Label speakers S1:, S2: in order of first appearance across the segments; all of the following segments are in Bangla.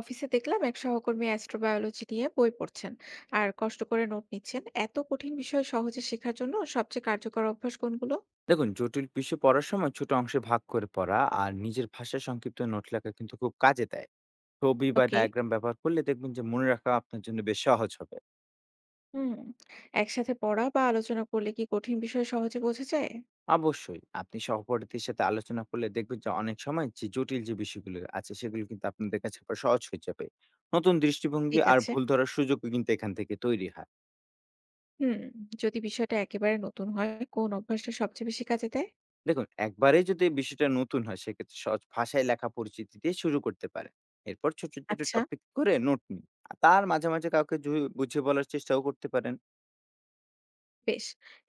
S1: অফিসে দেখলাম এক সহকর্মী অ্যাস্ট্রোবায়োলজি নিয়ে বই পড়ছেন আর কষ্ট করে নোট নিচ্ছেন। এত কঠিন বিষয় সহজে শেখার জন্য সবচেয়ে কার্যকর অভ্যাস কোনগুলো?
S2: দেখুন জটিল বিষয় পড়ার সময় ছোট অংশে ভাগ করে পড়া আর নিজের ভাষায় সংক্ষিপ্ত নোট লেখা কিন্তু খুব কাজে দেয়। ছবি বা
S1: ওকে।
S2: ডায়াগ্রাম ব্যবহার করলে দেখবেন যে মনে রাখা আপনার জন্য বেশ সহজ হবে।
S1: হুম। একসাথে পড়া বা আলোচনা করলে কি কঠিন বিষয় সহজে বোঝা যায়?
S2: অবশ্যই আপনি সহপাঠীদের সাথে আলোচনা করলে দেখবেন যে অনেক সময় যে জটিল বিষয়গুলো আছে সেগুলো কিন্তু আপনাদের কাছে আবার সহজ হয়ে যাবে। নতুন দৃষ্টিভঙ্গি
S1: ঠিক
S2: আর
S1: আছে।
S2: ভুল ধরার সুযোগও কিন্তু এখান থেকে তৈরি হয়।
S1: হুম। যদি বিষয়টা একেবারে নতুন হয়, কোন অভ্যাসটা সবচেয়ে বেশি কাজে দেয়?
S2: দেখুন, একবারেই যদি এই বিষয়টা নতুন হয় সেক্ষেত্রে সহজ ভাষায় লেখা পরিচিতি দিয়ে শুরু করতে পারেন। এরপর ছোট, ছোট
S1: আচ্ছা।
S2: টপিক করে নোট নিন। আর তার মাঝে, মাঝে কাউকে জু বুঝিয়ে বলার চেষ্টাও করতে পারেন।
S1: বেশ।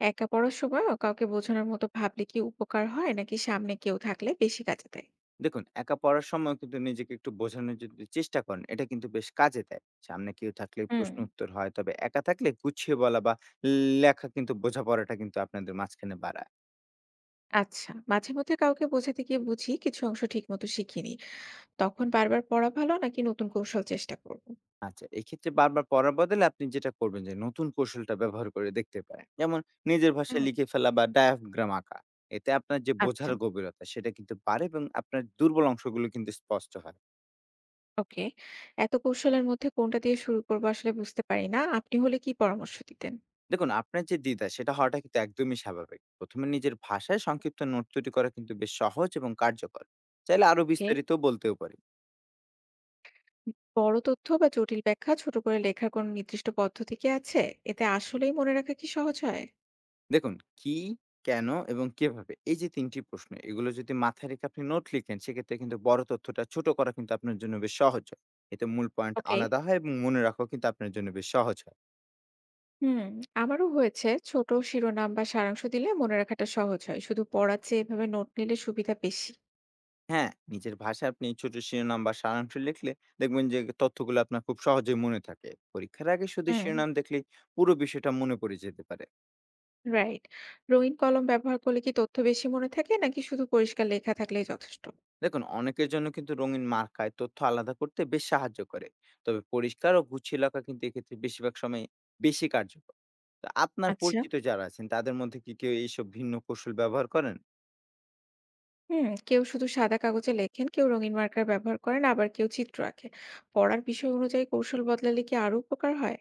S1: একা পড়ার সময় কাউকে বোঝানোর মতো ভাবলে কি উপকার হয়, নাকি সামনে কেউ থাকলে বেশি কাজে দেয়?
S2: দেখুন, একা পড়ার সময় কিন্তু নিজেকে একটু বোঝানোর যদি চেষ্টা করেন এটা কিন্তু বেশ কাজে দেয়। সামনে কেউ থাকলে
S1: হুম।
S2: প্রশ্ন উত্তর হয়। তবে একা থাকলে গুছিয়ে বলা বা লেখা কিন্তু বোঝাপড়াটা কিন্তু আপনাদের মাঝখানে বাড়ায়।
S1: আচ্ছা, মাঝে মধ্যে কাউকে বোঝাতে গিয়ে বুঝি কিছু অংশ ঠিক মতো শিখিনি। তখন বারবার পড়া ভালো নাকি নতুন কৌশল চেষ্টা করব?
S2: আচ্ছা, এক্ষেত্রে বারবার পড়ার বদলে আপনি যেটা করবেন যে নতুন কৌশলটা ব্যবহার করে দেখতে পারেন। যেমন নিজের
S1: হুম।
S2: ভাষায় লিখে ফেলা বা ডায়াগ্রাম আঁকা। এতে আপনার যে
S1: আচ্ছা।
S2: বোঝার গভীরতা সেটা কিন্তু বাড়ে এবং আপনার দুর্বল অংশগুলো কিন্তু স্পষ্ট হয়।
S1: ওকে। এত কৌশলের মধ্যে কোনটা দিয়ে শুরু করব আসলে বুঝতে পারি না, আপনি হলে কি পরামর্শ দিতেন?
S2: দেখুন আপনার যে দ্বিধা সেটা হওয়াটা কিন্তু একদমই স্বাভাবিক। ১ম এ নিজের ভাষায় সংক্ষিপ্ত নোট তৈরি করা কিন্তু বেশ সহজ এবং কার্যকর। চাইলে আরো
S1: ওকে।
S2: বিস্তারিত বলতেও পারি।
S1: বড় তথ্য বা জটিল ব্যাখ্যা ছোট করে লেখার কোনো নির্দিষ্ট পদ্ধতি কি আছে? এতে আসলেই মনে রাখা কি সহজ হয়?
S2: দেখুন, কি, কেন এবং কিভাবে এই যে ৩ টি প্রশ্ন এগুলো যদি মাথায় রেখে আপনি নোট লিখেন সেক্ষেত্রে কিন্তু বড় তথ্যটা ছোট করা কিন্তু আপনার জন্য বেশ সহজ হয়। এতে মূল পয়েন্ট
S1: ওকে।
S2: আলাদা হয় এবং মনে রাখাও কিন্তু আপনার জন্য বেশ সহজ হয়।
S1: হুম। আমারও হয়েছে, ছোট শিরোনাম বা সারাংশ দিলে মনে রাখাটা সহজ হয়। শুধু পড়ার চেয়ে এভাবে নোট নিলে সুবিধা বেশি?
S2: হ্যাঁ, নিজের ভাষায় আপনি ছোট শিরোনাম বা সারাংশ লিখলে দেখবেন যে তথ্যগুলো আপনার খুব সহজেই মনে থাকে। পরীক্ষার আগে শুধু
S1: হুম।
S2: শিরোনাম দেখলেই পুরো বিষয়টা মনে পড়ে যেতে পারে।
S1: রাইট। রঙিন কলম ব্যবহার করলে কি তথ্য বেশি মনে থাকে, নাকি শুধু পরিষ্কার লেখা থাকলেই যথেষ্ট?
S2: দেখুন অনেকের জন্য কিন্তু রঙিন মার্কায় তথ্য আলাদা করতে বেশ সাহায্য করে। তবে পরিষ্কার ও গুছিয়ে লেখা কিন্তু এক্ষেত্রে বেশিরভাগ সময় বেশি কার্যকর। তো আপনার
S1: আচ্ছা।
S2: পরিচিত যারা আছেন তাদের মধ্যে কি কেউ এইসব ভিন্ন কৌশল ব্যবহার করেন?
S1: হুম, কেউ শুধু সাদা কাগজে লেখেন, কেউ রঙিন মার্কার ব্যবহার করেন, আবার কেউ চিত্র আঁকেন। পড়ার বিষয় অনুযায়ী কৌশল বদলালে কি আরো উপকার হয়?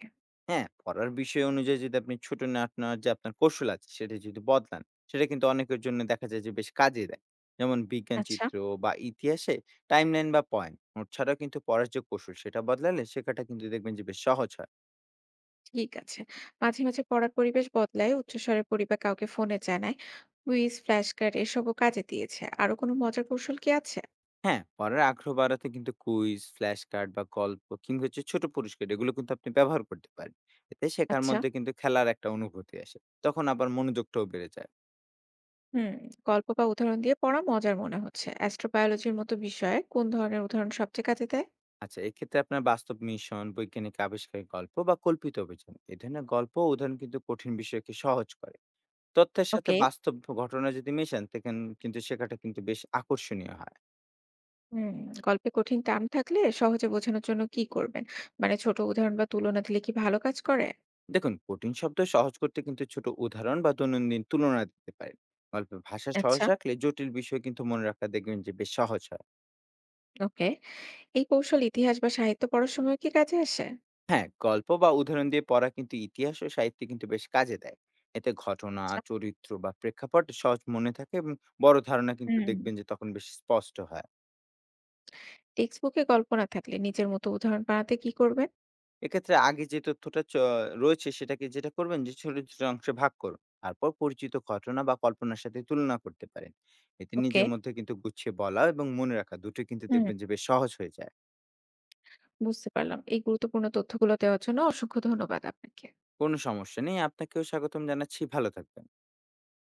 S2: হ্যাঁ, পড়ার বিষয় অনুযায়ী যদি আপনি ছোট নোট নেওয়ার যে আপনার কৌশল আছে সেটা যদি বদলান সেটা কিন্তু অনেকের জন্য দেখা যায় যে বেশ কাজে দেয়। যেমন বিজ্ঞান
S1: আচ্ছা।
S2: চিত্র বা ইতিহাসে টাইমলাইন বা পয়েন্ট নোট ছাড়াও কিন্তু পড়ার যে কৌশল সেটা বদলালে শেখাটা কিন্তু দেখবেন যে বেশ সহজ হয়।
S1: ঠিক আছে। মাঝে মাঝে পড়ার পরিবেশ বদলায়, উচ্চস্বরে পড়ি বা কাউকে ফোনে জানাই। কুইজ, ফ্ল্যাশ কার্ড এসবও কাজে দিয়েছে। আরো কোনো মজার কৌশল কি আছে?
S2: হ্যাঁ, পড়ার আগ্রহ বাড়াতে কিন্তু কুইজ, ফ্ল্যাশ কার্ড বা গল্প কিংবা হচ্ছে ছোট পুরস্কার এগুলো কিন্তু আপনি ব্যবহার করতে পারেন। এতে শেখার
S1: আচ্ছা।
S2: মধ্যে কিন্তু খেলার একটা অনুভূতি আসে। তখন আবার মনোযোগটাও বেড়ে যায়।
S1: হুম, গল্প বা উদাহরণ দিয়ে পড়া মজার মনে হচ্ছে। অ্যাস্ট্রোবায়োলজির মতো বিষয়ে কোন ধরনের উদাহরণ সবচেয়ে কাজে দেয়?
S2: আচ্ছা, এক্ষেত্রে আপনার বাস্তব মিশন, বৈজ্ঞানিক আবিষ্কারের গল্প বা কল্পিত অভিযান এ ধরনের গল্প ও উদাহরণ কিন্তু কঠিন বিষয়কে সহজ করে। তথ্যের সাথে
S1: ওকে।
S2: বাস্তব ঘটনা যদি মেশান, তখন কিন্তু শেখাটা কিন্তু বেশ আকর্ষণীয় হয়।
S1: হুম, গল্পে কঠিন টার্ম থাকলে সহজে বোঝানোর জন্য কি করবেন? মানে ছোট উদাহরণ বা তুলনা দিলে কি ভালো কাজ করে?
S2: দেখুন কঠিন শব্দ সহজ করতে কিন্তু ছোট উদাহরণ বা দৈনন্দিন তুলনা দিতে পারেন। গল্পের ভাষা সহজ
S1: আচ্ছা।
S2: রাখলে জটিল বিষয় কিন্তু মনে রাখা দেখবেন যে বেশ সহজ হয়।
S1: ওকে। এই কৌশল ইতিহাস বা সাহিত্য পড়ার সময় কি কাজে আসে?
S2: হ্যাঁ, গল্প বা উদাহরণ দিয়ে পড়া কিন্তু ইতিহাস ও সাহিত্যে কিন্তু বেশ কাজে দেয়। এতে ঘটনা
S1: আচ্ছা।
S2: চরিত্র বা প্রেক্ষাপট সহজ মনে থাকে এবং বড় ধারণা কিন্তু
S1: হুম।
S2: দেখবেন যে তখন বেশ স্পষ্ট হয়।
S1: টেক্সট বুকে গল্প না থাকলে নিজের মতো উদাহরণ বানাতে কি করবেন?
S2: এক্ষেত্রে আগে যে তথ্যটা চ রয়েছে সেটাকে যেটা করবেন যে ছোট, ছোট অংশে ভাগ করুন। তারপর পরিচিত ঘটনা বা কল্পনার সাথে তুলনা করতে পারেন। এতে
S1: ওকে।
S2: নিজের মধ্যে কিন্তু গুছিয়ে বলা এবং মনে রাখা দুটোই কিন্তু
S1: হুম,
S2: দেখবেন যে বেশ সহজ হয়ে যায়।
S1: বুঝতে পারলাম। এই গুরুত্বপূর্ণ তথ্যগুলো দেওয়ার জন্য অসংখ্য ধন্যবাদ আপনাকে।
S2: কোনো সমস্যা নেই। আপনাকেও স্বাগতম জানাচ্ছি। ভালো থাকবেন।